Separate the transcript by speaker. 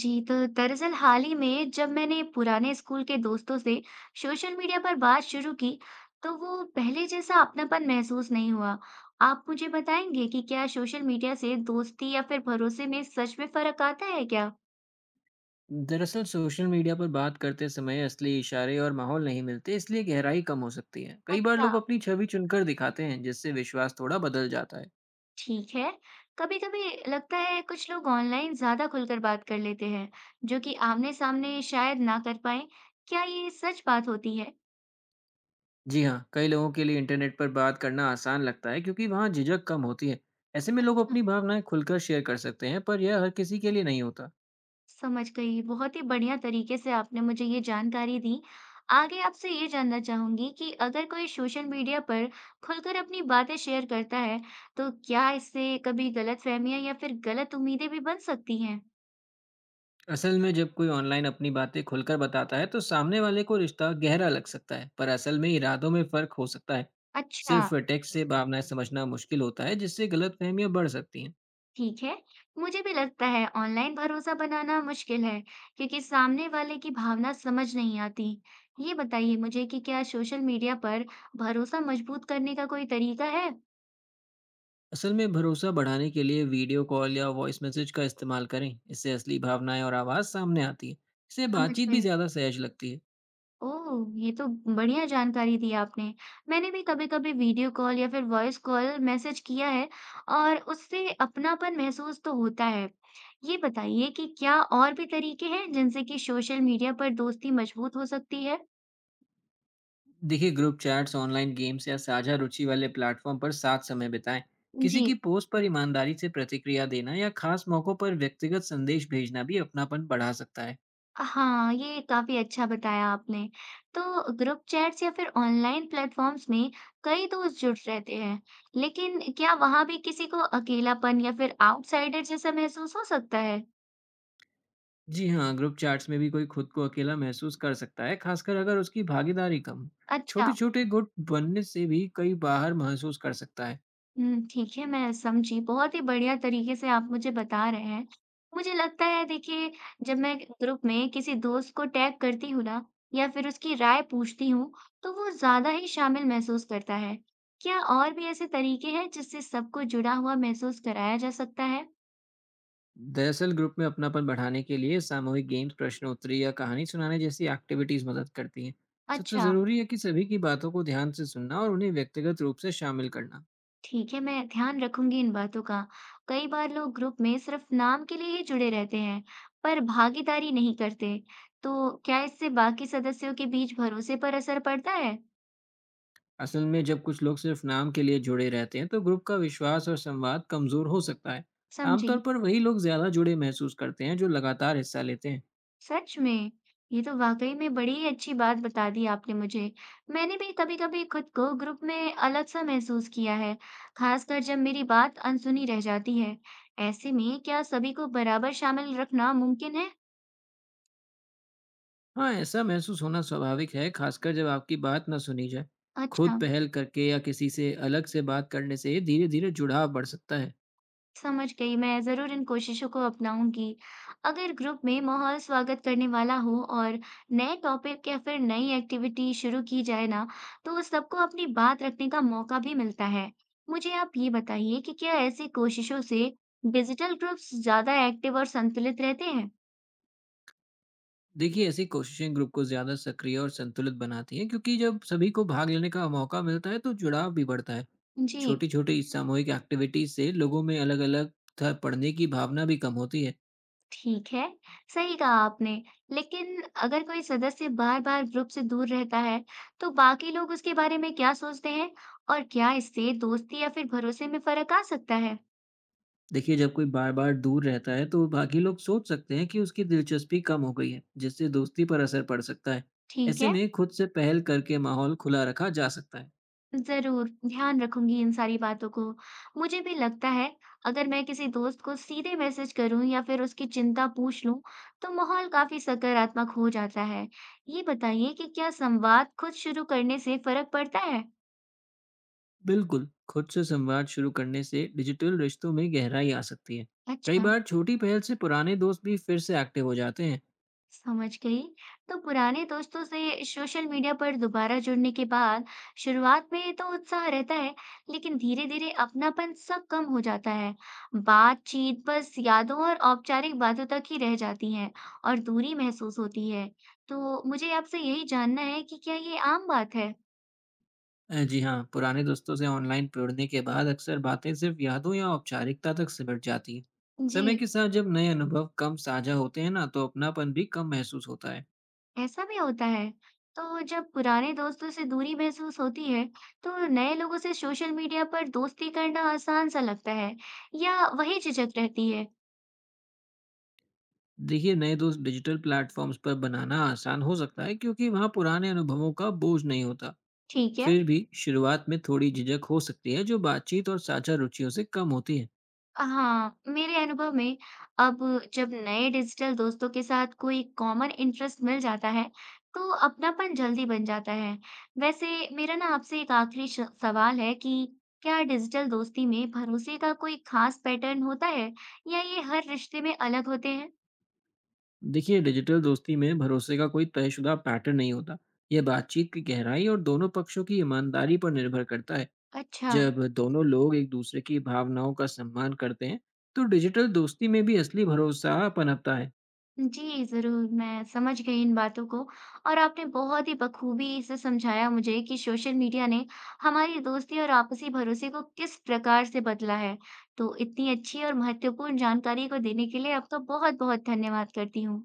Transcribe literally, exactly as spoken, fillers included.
Speaker 1: जी, तो दरअसल हाल ही में जब मैंने पुराने स्कूल के दोस्तों से सोशल मीडिया पर बात शुरू की तो वो पहले जैसा अपनापन महसूस नहीं हुआ। आप मुझे बताएंगे कि क्या सोशल मीडिया से दोस्ती या फिर भरोसे में सच में फर्क आता है क्या?
Speaker 2: दरअसल सोशल मीडिया पर बात करते समय असली इशारे और माहौल नहीं मिलते इसलिए गहराई कम हो सकती है। कई बार
Speaker 1: अच्छा,
Speaker 2: लोग अपनी छवि चुनकर दिखाते हैं जिससे विश्वास थोड़ा बदल जाता है।
Speaker 1: ठीक है। कभी कभी लगता है कुछ लोग ऑनलाइन ज्यादा खुलकर बात कर लेते हैं जो कि आमने सामने शायद ना कर पाए। क्या ये सच बात होती है?
Speaker 2: जी हाँ, कई लोगों के लिए इंटरनेट पर बात करना आसान लगता है क्योंकि वहाँ झिझक कम होती है। ऐसे में लोग
Speaker 1: अच्छा,
Speaker 2: अपनी भावनाएं खुलकर शेयर कर सकते हैं पर यह हर किसी के लिए नहीं होता।
Speaker 1: समझ गई। बहुत ही बढ़िया तरीके से आपने मुझे ये जानकारी दी। आगे आपसे ये जानना चाहूँगी कि अगर कोई सोशल मीडिया पर खुलकर अपनी बातें शेयर करता है, तो क्या इससे कभी गलतफ़हमियाँ या फिर गलत उम्मीदें भी बन सकती हैं?
Speaker 2: असल में जब कोई ऑनलाइन अपनी बातें खुलकर बताता है तो सामने वाले को रिश्ता गहरा लग सकता है पर असल में इरादों में फर्क हो सकता है।
Speaker 1: अच्छा,
Speaker 2: सिर्फ टेक्स्ट से भावनाएं समझना मुश्किल होता है जिससे गलतफहमियां बढ़ सकती हैं।
Speaker 1: ठीक है। मुझे भी लगता है ऑनलाइन भरोसा बनाना मुश्किल है, क्योंकि सामने वाले की भावना समझ नहीं आती। ये बताइए मुझे कि क्या सोशल मीडिया पर भरोसा मजबूत करने का कोई तरीका है?
Speaker 2: असल में भरोसा बढ़ाने के लिए वीडियो कॉल या वॉइस मैसेज का इस्तेमाल करें। इससे असली भावनाएं और आवाज़ सामने आती है। इससे
Speaker 1: समझ
Speaker 2: बातचीत भी
Speaker 1: गई।
Speaker 2: ज़्यादा सहज लगती है।
Speaker 1: ओह! ये तो बढ़िया जानकारी दी आपने। मैंने भी कभी-कभी वीडियो कॉल या फिर वॉइस कॉल मैसेज किया है और उससे अपनापन महसूस तो होता है। ये बताइए कि क्या और भी तरीके हैं जिनसे कि सोशल मीडिया पर दोस्ती मजबूत हो सकती है?
Speaker 2: देखिए, ग्रुप चैट्स, ऑनलाइन गेम्स या साझा रुचि वाले प्लेटफॉर्म पर साथ समय बिताएं।
Speaker 1: जी।
Speaker 2: किसी की पोस्ट पर ईमानदारी से प्रतिक्रिया देना या खास मौक़ों पर व्यक्तिगत संदेश भेजना भी अपनापन बढ़ा सकता है।
Speaker 1: हाँ, ये काफ़ी अच्छा बताया आपने। तो ग्रुप चैट्स या फिर ऑनलाइन प्लेटफ़ॉर्म्स में कई दोस्त जुड़ रहते हैं, लेकिन क्या वहाँ भी किसी को अकेलापन या फिर आउटसाइडर जैसा महसूस हो सकता है?
Speaker 2: जी हाँ, ग्रुप चैट्स में भी कोई खुद को अकेला महसूस कर सकता है, खासकर अगर उसकी भागीदारी कम हो।
Speaker 1: अच्छा।
Speaker 2: छोटे छोटे गुट बनने से भी कई बाहर महसूस कर सकता है।
Speaker 1: हुँ, ठीक है, मैं समझी। बहुत ही बढ़िया तरीके से आप मुझे बता रहे हैं। मुझे लगता है देखिए, जब मैं ग्रुप में किसी दोस्त को टैग करती हूँ ना या फिर उसकी राय पूछती हूँ, तो वो ज़्यादा ही शामिल महसूस करता है। क्या और भी ऐसे तरीके हैं जिससे सबको जुड़ा हुआ महसूस कराया जा सकता है?
Speaker 2: दरअसल ग्रुप में अपनापन बढ़ाने के लिए सामूहिक गेम्स, प्रश्नोत्तरी या कहानी सुनाने जैसी एक्टिविटीज मदद करती हैं। सबसे
Speaker 1: अच्छा।
Speaker 2: जरूरी है कि सभी की बातों को ध्यान से सुनना और उन्हें व्यक्तिगत रूप से शामिल करना।
Speaker 1: ठीक है, मैं ध्यान रखूंगी इन बातों का। कई बार लोग ग्रुप में सिर्फ नाम के लिए ही जुड़े रहते हैं पर भागीदारी नहीं करते, तो क्या इससे बाकी सदस्यों के बीच भरोसे पर असर पड़ता है?
Speaker 2: असल में जब कुछ लोग सिर्फ नाम के लिए जुड़े रहते हैं तो ग्रुप का विश्वास और संवाद कमजोर हो सकता है।
Speaker 1: समझी।
Speaker 2: आमतौर पर वही लोग ज्यादा जुड़े महसूस करते हैं जो लगातार हिस्सा लेते हैं।
Speaker 1: सच में, ये तो वाकई में बड़ी ही अच्छी बात बता दी आपने मुझे। मैंने भी कभी कभी खुद को ग्रुप में अलग सा महसूस किया है, खासकर जब मेरी बात अनसुनी रह जाती है। ऐसे में क्या सभी को बराबर शामिल रखना मुमकिन है?
Speaker 2: हाँ, ऐसा महसूस होना स्वाभाविक है, खासकर जब आपकी बात न सुनी जाए। खुद
Speaker 1: अच्छा।
Speaker 2: पहल करके या किसी से अलग से बात करने से धीरे धीरे जुड़ाव बढ़ सकता है।
Speaker 1: समझ गई, मैं ज़रूर इन कोशिशों को अपनाऊंगी। अगर ग्रुप में माहौल स्वागत करने वाला हो और नए टॉपिक या फिर नई एक्टिविटी शुरू की जाए ना, तो सबको अपनी बात रखने का मौका भी मिलता है। मुझे आप ये बताइए कि क्या ऐसी कोशिशों से डिजिटल ग्रुप्स ज़्यादा एक्टिव और संतुलित रहते हैं?
Speaker 2: देखिए, ऐसी कोशिशें ग्रुप को ज्यादा सक्रिय और संतुलित बनाती हैं क्योंकि जब सभी को भाग लेने का मौका मिलता है तो जुड़ाव भी बढ़ता है।
Speaker 1: जी।
Speaker 2: छोटी छोटी सामूहिक एक्टिविटीज से लोगों में अलग अलग पढ़ने की भावना भी कम होती है।
Speaker 1: ठीक है, सही कहा आपने। लेकिन अगर कोई सदस्य बार-बार ग्रुप से दूर रहता है, तो बाकी लोग उसके बारे में क्या सोचते हैं? और क्या इससे दोस्ती या फिर भरोसे में फ़र्क आ सकता है?
Speaker 2: देखिए, जब कोई बार बार दूर रहता है तो बाकी लोग सोच सकते हैं कि उसकी दिलचस्पी कम हो गई है जिससे दोस्ती पर असर पड़ सकता है।
Speaker 1: ठीक
Speaker 2: ऐसे
Speaker 1: है,
Speaker 2: में खुद से पहल करके माहौल खुला रखा जा सकता है।
Speaker 1: ज़रूर, ध्यान रखूंगी इन सारी बातों को। मुझे भी लगता है, अगर मैं किसी दोस्त को सीधे मैसेज करूं या फिर उसकी चिंता पूछ लूं, तो माहौल काफ़ी सकारात्मक हो जाता है। ये बताइए कि क्या संवाद खुद शुरू करने से फ़र्क पड़ता है?
Speaker 2: बिल्कुल, खुद से संवाद शुरू करने से डिजिटल रिश्तों में गहराई आ सकती है। कई
Speaker 1: अच्छा।
Speaker 2: बार छोटी पहल से पुराने दोस्त भी फिर से एक्टिव हो जाते हैं।
Speaker 1: समझ गई। तो पुराने दोस्तों से सोशल मीडिया पर दोबारा जुड़ने के बाद शुरुआत में तो उत्साह रहता है, लेकिन धीरे-धीरे अपनापन सब कम हो जाता है। बातचीत बस यादों और औपचारिक बातों तक ही रह जाती है और दूरी महसूस होती है। तो मुझे आपसे यही जानना है कि क्या ये आम बात है?
Speaker 2: अ, जी हाँ, पुराने दोस्तों से ऑनलाइन जुड़ने के बाद अक्सर बातें सिर्फ यादों या औपचारिकता तक सिमट जाती हैं।
Speaker 1: जी।
Speaker 2: समय के साथ जब नए अनुभव कम साझा होते हैं ना तो अपनापन भी कम महसूस होता है।
Speaker 1: ऐसा भी होता है। तो जब पुराने दोस्तों से दूरी महसूस होती है, तो नए लोगों से सोशल मीडिया पर दोस्ती करना आसान सा लगता है या वही झिझक रहती है?
Speaker 2: देखिए, नए दोस्त डिजिटल प्लेटफॉर्म्स पर बनाना आसान हो सकता है क्योंकि वहाँ पुराने अनुभवों का बोझ नहीं होता।
Speaker 1: ठीक है।
Speaker 2: फिर भी शुरुआत में थोड़ी झिझक हो सकती है जो बातचीत और साझा रुचियों से कम होती है।
Speaker 1: हाँ, मेरे अनुभव में, अब जब नए डिजिटल दोस्तों के साथ कोई कॉमन इंटरेस्ट मिल जाता है, तो अपनापन जल्दी बन जाता है। वैसे मेरा ना आपसे एक आखिरी श- सवाल है कि क्या डिजिटल दोस्ती में भरोसे का कोई खास पैटर्न होता है या ये हर रिश्ते में अलग होते हैं?
Speaker 2: देखिए, डिजिटल दोस्ती में भरोसे का कोई तयशुदा पैटर्न नहीं होता। यह बातचीत की गहराई और दोनों पक्षों की ईमानदारी पर निर्भर करता है।
Speaker 1: अच्छा।
Speaker 2: जब दोनों लोग एक दूसरे की भावनाओं का सम्मान करते हैं तो डिजिटल दोस्ती में भी असली भरोसा पनपता है।
Speaker 1: जी, ज़रूर, मैं समझ गई इन बातों को और आपने बहुत ही बखूबी से समझाया मुझे कि सोशल मीडिया ने हमारी दोस्ती और आपसी भरोसे को किस प्रकार से बदला है। तो इतनी अच्छी और महत्वपूर्ण जानकारी को देने के लिए आपका बहुत-बहुत धन्यवाद करती हूँ।